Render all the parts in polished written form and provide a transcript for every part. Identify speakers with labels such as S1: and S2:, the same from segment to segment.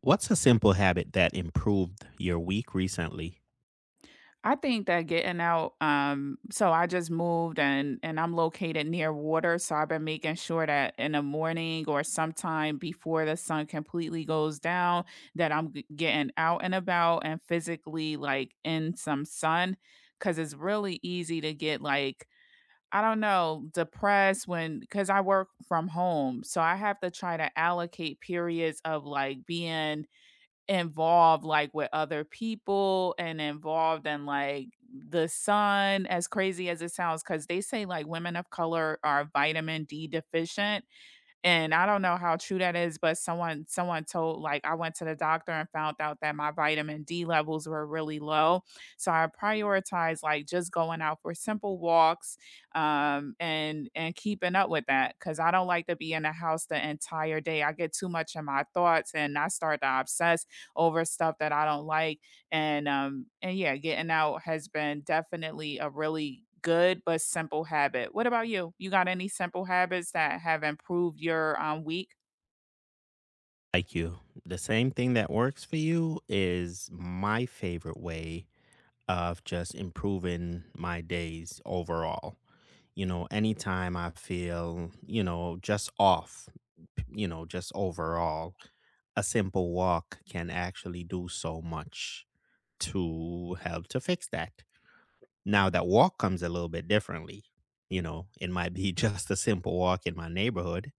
S1: What's a simple habit that improved your week recently?
S2: I think that getting out, so I just moved and I'm located near water, so I've been making sure that in the morning or sometime before the sun completely goes down, that I'm getting out and about and physically like in some sun, because it's really easy to get like I don't know depressed when because I work from home, so I have to try to allocate periods of like being involved, like, with other people and involved in, like, the sun, as crazy as it sounds, because they say, like, women of color are vitamin D deficient, and I don't know how true that is, but someone told like I went to the doctor and found out that my vitamin D levels were really low. So I prioritize like just going out for simple walks and keeping up with that cuz I don't like to be in the house the entire day. I get too much in my thoughts and I start to obsess over stuff that I don't like and yeah, getting out has been definitely a really good but simple habit. What about you? You got any simple habits that have improved your week?
S1: Like you, the same thing that works for you is my favorite way of just improving my days overall. You know, anytime I feel, you know, just off, you know, just overall, a simple walk can actually do so much to help to fix that. Now that walk comes a little bit differently. You know, it might be just a simple walk in my neighborhood,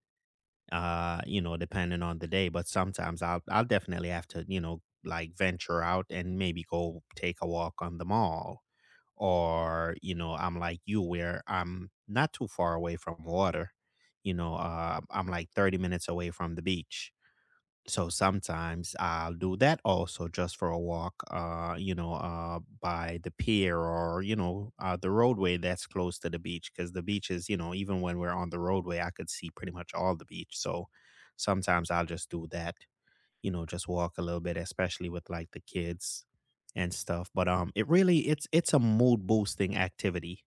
S1: you know, depending on the day, but sometimes I'll definitely have to, you know, like venture out and maybe go take a walk on the mall. Or, you know, I'm like you where I'm not too far away from water. You know, I'm like 30 minutes away from the beach, so sometimes I'll do that also just for a walk, you know, by the pier or, you know, the roadway that's close to the beach. Cause the beach is, you know, even when we're on the roadway, I could see pretty much all the beach. So sometimes I'll just do that, you know, just walk a little bit, especially with like the kids and stuff. But it really, it's a mood boosting activity,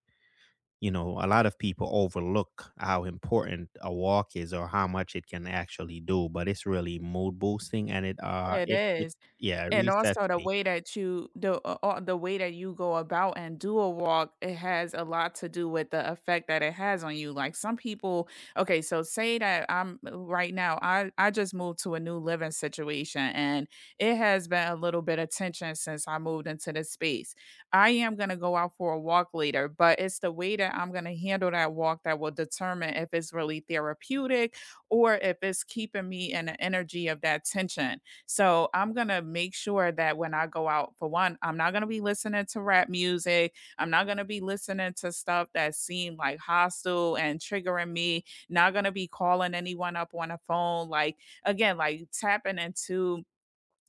S1: you know, a lot of people overlook how important a walk is or how much it can actually do, but it's really mood boosting and it uh
S2: It
S1: it, it
S2: is.
S1: yeah, it
S2: And
S1: resets
S2: also the
S1: me
S2: way that you the way that you go about and do a walk, it has a lot to do with the effect that it has on you. Like some people, okay, so say that I'm right now, I just moved to a new living situation and it has been a little bit of tension since I moved into this space. I am gonna go out for a walk later, but it's the way that I'm gonna handle that walk that will determine if it's really therapeutic or if it's keeping me in the energy of that tension. So I'm gonna make sure that when I go out, for one, I'm not gonna be listening to rap music. I'm not gonna be listening to stuff that seem like hostile and triggering me. Not gonna be calling anyone up on a phone. Like again, like tapping into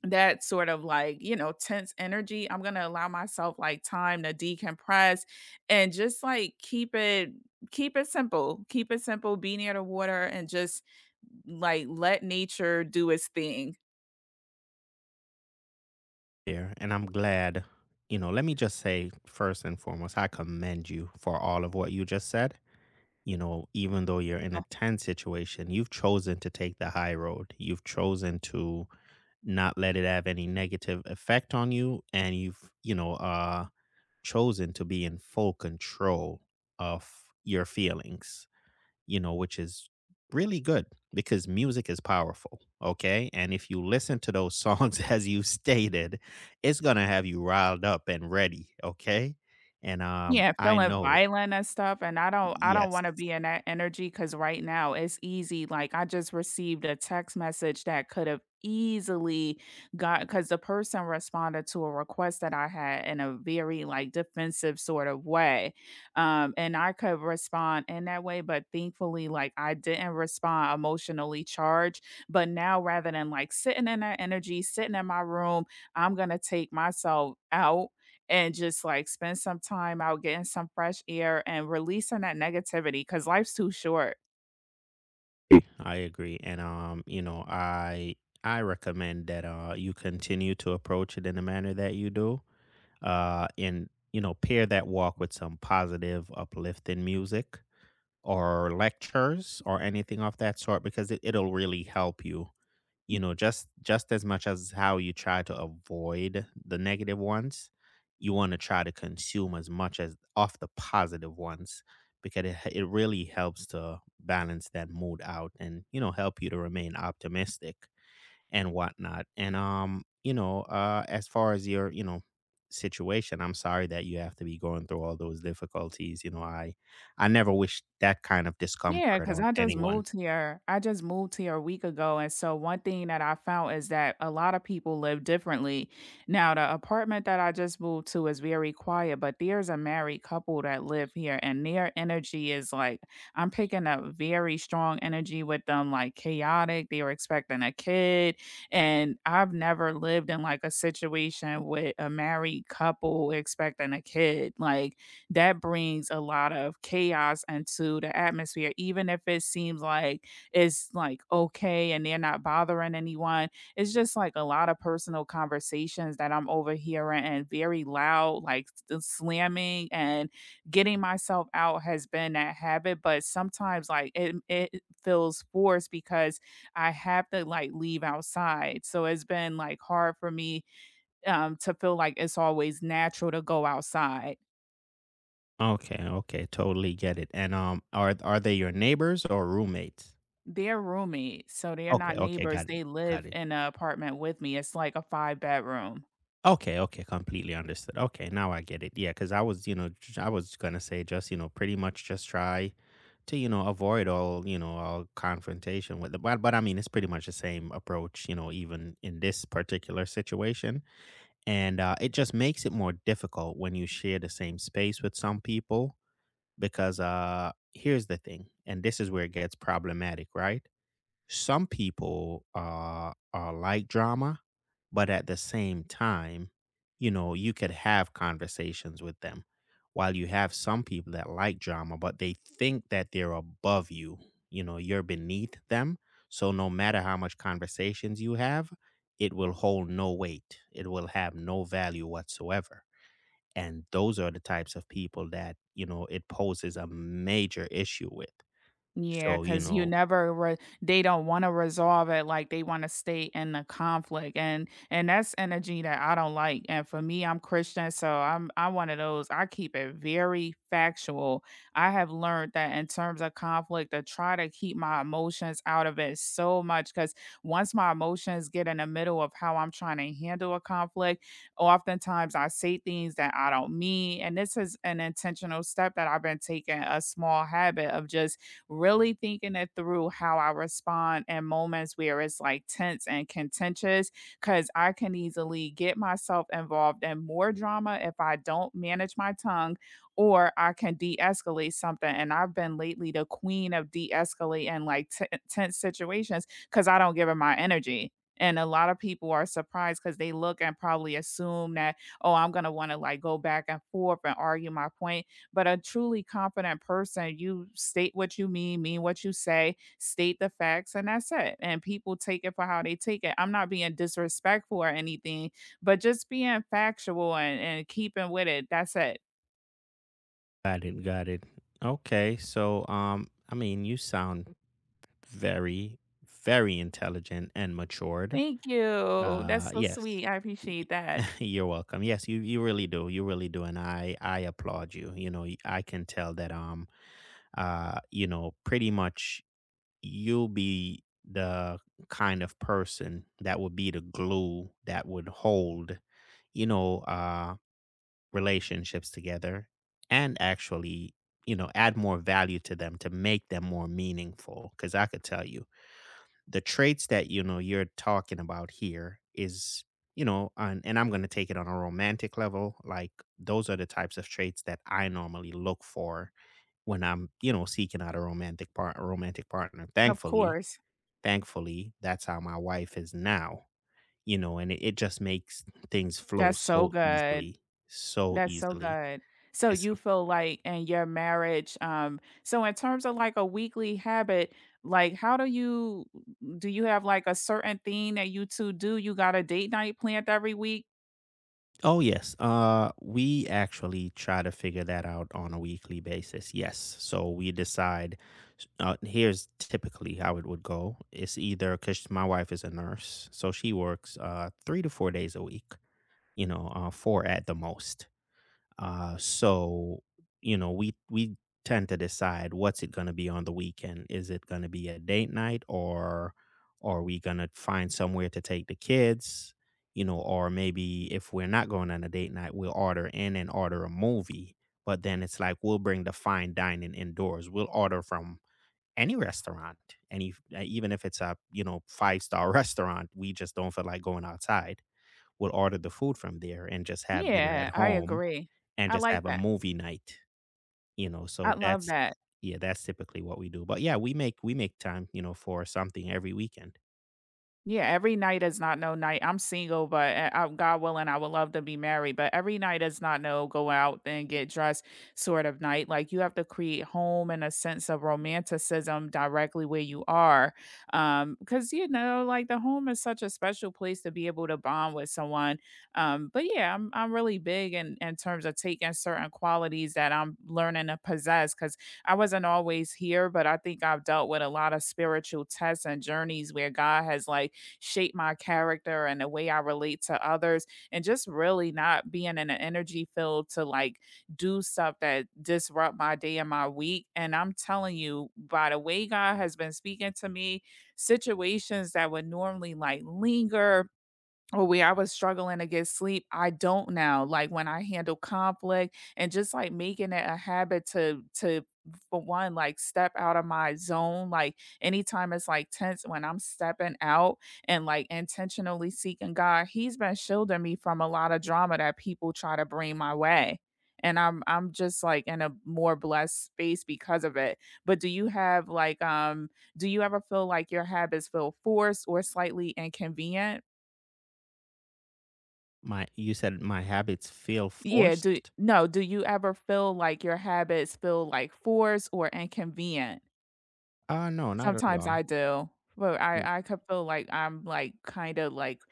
S2: that sort of like you know tense energy. I'm going to allow myself like time to decompress and just like keep it simple, be near the water and just like let nature do its thing.
S1: there. And I'm glad, you know, let me just say first and foremost, I commend you for all of what you just said. You know, even though you're in a tense situation, you've chosen to take the high road. You've chosen to not let it have any negative effect on you, and you've, you know, chosen to be in full control of your feelings, you know, which is really good because music is powerful. Okay. And if you listen to those songs, as you stated, it's going to have you riled up and ready. Okay. And
S2: Yeah,
S1: I
S2: feeling
S1: know it.
S2: violent and stuff, and I don't
S1: Yes,
S2: wanna be in that energy because right now it's easy, like, I just received a text message that could have easily got because the person responded to a request that I had in a very, like, defensive sort of way, and I could respond in that way, but thankfully, like, I didn't respond emotionally charged, but now rather than, like, sitting in that energy, sitting in my room, I'm gonna take myself out and just like spend some time out getting some fresh air and releasing that negativity because life's too short.
S1: I agree. And you know, I recommend that you continue to approach it in the manner that you do. And you know, pair that walk with some positive, uplifting music or lectures or anything of that sort, because it'll really help you, you know, just as much as how you try to avoid the negative ones. You want to try to consume as much as of the positive ones, because it really helps to balance that mood out, and you know, help you to remain optimistic and whatnot. And you know, as far as your, you know, situation, I'm sorry that you have to be going through all those difficulties. You know, I never wish that kind of
S2: Yeah,
S1: discomfort
S2: cause
S1: on
S2: I just
S1: anyone.
S2: moved here. I just moved here a week ago, and so one thing that I found is that a lot of people live differently. Now, the apartment that I just moved to is very quiet, but there's a married couple that live here, and their energy is like I'm picking up very strong energy with them, like chaotic. They were expecting a kid, and I've never lived in like a situation with a married couple expecting a kid. Like that brings a lot of chaos into the atmosphere, even if it seems like it's like okay and they're not bothering anyone. It's just like a lot of personal conversations that I'm overhearing and very loud, like slamming, and getting myself out has been that habit. But sometimes like it feels forced because I have to like leave outside. So it's been like hard for me to feel like it's always natural to go outside.
S1: Okay, okay, totally get it. And are they your neighbors or roommates?
S2: They're roommates, so they're
S1: Okay,
S2: not
S1: okay,
S2: neighbors,
S1: got it,
S2: they
S1: got
S2: live
S1: it.
S2: in an apartment with me, it's like a 5 bedroom.
S1: Okay, okay, completely understood. Okay, now I get it. Yeah, because I was, you know, I was gonna say, just, you know, pretty much just try to, you know, avoid all, you know, all confrontation with the, but I mean, it's pretty much the same approach, you know, even in this particular situation, and it just makes it more difficult when you share the same space with some people, because here's the thing, and this is where it gets problematic, right? Some people are like drama, but at the same time, you know, you could have conversations with them. While you have some people that like drama, but they think that they're above you, you know, you're beneath them. So no matter how much conversations you have, it will hold no weight. It will have no value whatsoever. And those are the types of people that, you know, it poses a major issue with.
S2: Yeah,
S1: So, you
S2: cause you
S1: know.
S2: never re they don't wanna resolve it, like, they wanna stay in the conflict, and that's energy that I don't like, and for me, I'm Christian, so I'm one of those. I keep it very factual. I have learned that in terms of conflict, to try to keep my emotions out of it so much, cause once my emotions get in the middle of how I'm trying to handle a conflict, oftentimes I say things that I don't mean, and this is an intentional step that I've been taking, a small habit of just really thinking it through how I respond in moments where it's like tense and contentious because I can easily get myself involved in more drama if I don't manage my tongue or I can de escalate something. And I've been lately the queen of de escalating like tense situations because I don't give her my energy. And a lot of people are surprised because they look and probably assume that, oh, I'm going to want to like go back and forth and argue my point, but a truly confident person, you state what you mean what you say, state the facts, and that's it. And people take it for how they take it. I'm not being disrespectful or anything, but just being factual and, keeping with it. That's it.
S1: Got it, got it. Okay, so I mean, you sound very, very intelligent and matured.
S2: Thank you. That's so
S1: Yes,
S2: sweet. I appreciate that.
S1: you're welcome. Yes, you really do. You really do, and I applaud you. You know, I can tell that you know, pretty much you'll be the kind of person that would be the glue that would hold, you know, relationships together, and actually, you know, add more value to them to make them more meaningful. Cause I could tell you the traits that, you know, you're talking about here is, you know, and I'm going to take it on a romantic level. Like, those are the types of traits that I normally look for when I'm, you know, seeking out a romantic partner.
S2: Of
S1: Thankfully,
S2: course.
S1: that's how my wife is now, you know, and it just makes things flow
S2: That's so
S1: so
S2: good.
S1: easily, so
S2: That's so
S1: easily.
S2: good. So
S1: It's
S2: you feel like in your marriage, so in terms of like a weekly habit, like how do you have like a certain thing that you two do? You got a date night planned every week?
S1: Oh yes. We actually try to figure that out on a weekly basis. Yes. So we decide here's typically how it would go. It's either, cuz my wife is a nurse, so she works 3 to 4 days a week, you know, 4 at the most. So, you know, we tend to decide what's it going to be on the weekend. Is it going to be a date night, or are we going to find somewhere to take the kids? You know, or maybe if we're not going on a date night, we'll order in and order a movie. But then it's like we'll bring the fine dining indoors. We'll order from any restaurant, any, even if it's a, you know, five star restaurant, we just don't feel like going outside. We'll order the food from there and just have dinner at
S2: Yeah, I
S1: home
S2: agree.
S1: and
S2: I
S1: just
S2: like
S1: have a
S2: that.
S1: movie night, you know, so
S2: I love
S1: that's
S2: that.
S1: yeah, that's typically what we do. But yeah, we make time, you know, for something every weekend.
S2: Yeah, every night is not no night. I'm single, but God willing, I would love to be married. But every night is not no go out and get dressed sort of night. Like you have to create home and a sense of romanticism directly where you are. Because you know, like the home is such a special place to be able to bond with someone. But yeah, I'm really big in terms of taking certain qualities that I'm learning to possess because I wasn't always here, but I think I've dealt with a lot of spiritual tests and journeys where God has like shape my character and the way I relate to others, and just really not being in an energy field to like do stuff that disrupt my day and my week. And I'm telling you, by the way God has been speaking to me, situations that would normally like linger or where I was struggling to get sleep, I don't now. Like when I handle conflict and just like making it a habit to for one, like step out of my zone. Like anytime it's like tense when I'm stepping out and like intentionally seeking God, He's been shielding me from a lot of drama that people try to bring my way. And I'm just like in a more blessed space because of it. But do you have like do you ever feel like your habits feel forced or slightly inconvenient?
S1: My you said my habits feel
S2: Yeah, do
S1: forced?
S2: no, Do you ever feel like your habits feel like forced or inconvenient?
S1: No, not at
S2: Sometimes
S1: all.
S2: I do, but
S1: Mm.
S2: I could feel like I'm like kind of like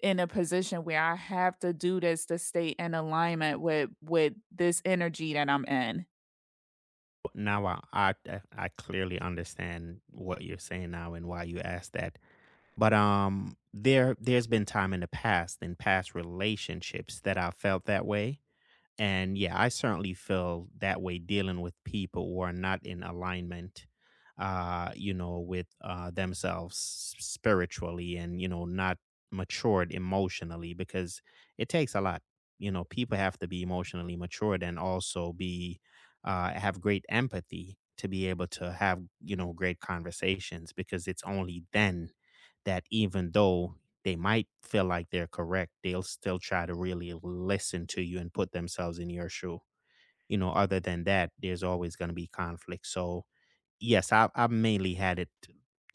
S2: in a position where I have to do this to stay in alignment with this energy that I'm in.
S1: Now I clearly understand what you're saying now and why you asked that. But there's been time in the past, in past relationships, that I felt that way. And yeah, I certainly feel that way dealing with people who are not in alignment, you know, with themselves spiritually, and, you know, not matured emotionally, because it takes a lot. You know, people have to be emotionally matured and also have great empathy, to be able to have, you know, great conversations, because it's only then that, even though they might feel like they're correct, they'll still try to really listen to you and put themselves in your shoe. You know, other than that, there's always going to be conflict. So, yes, I've mainly had it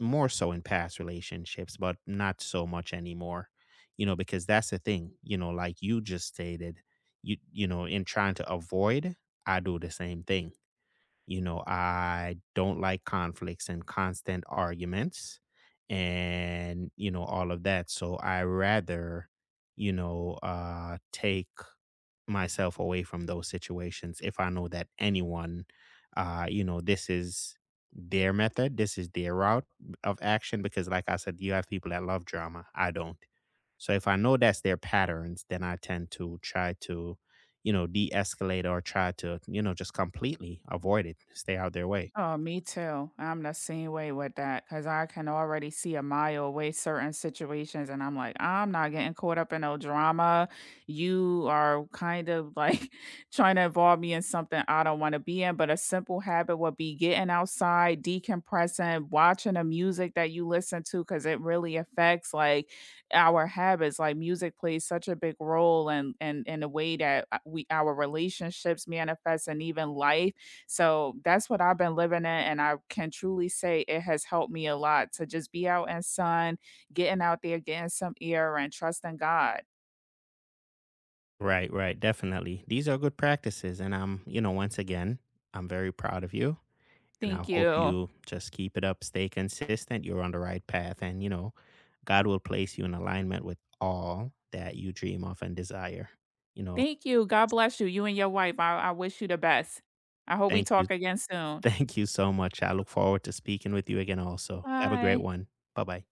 S1: more so in past relationships, but not so much anymore, you know, because that's the thing, you know, like you just stated, you know, in trying to avoid, I do the same thing, you know, I don't like conflicts and constant arguments and, you know, all of that. So I rather, you know, take myself away from those situations if I know that anyone, you know, this is their method, this is their route of action. Because, like I said, you have people that love drama. I don't. So if I know that's their patterns, then I tend to try to, you know, de escalate, or try to, you know, just completely avoid it, stay out their way.
S2: Oh, me too. I'm the same way with that because I can already see a mile away certain situations, and I'm like, I'm not getting caught up in no drama. You are kind of like trying to involve me in something I don't want to be in. But a simple habit would be getting outside, decompressing, watching the music that you listen to because it really affects like our habits. Like music plays such a big role in in the way that we our relationships manifest and even life, so that's what I've been living in. And I can truly say it has helped me a lot to just be out in sun, getting out there, getting some air and trusting God.
S1: Right, right, definitely. These are good practices. And I'm, you know, once again, I'm very proud of you. And I
S2: Thank
S1: hope
S2: you.
S1: you just keep it up, stay consistent. You're on the right path. And, you know, God will place you in alignment with all that you dream of and desire. You know,
S2: Thank you. God bless you. You and your wife. I wish you the best. I hope we
S1: thank you.
S2: talk again soon.
S1: Thank you so much. I look forward to speaking with you again also. Have a great
S2: Bye.
S1: one. Bye bye.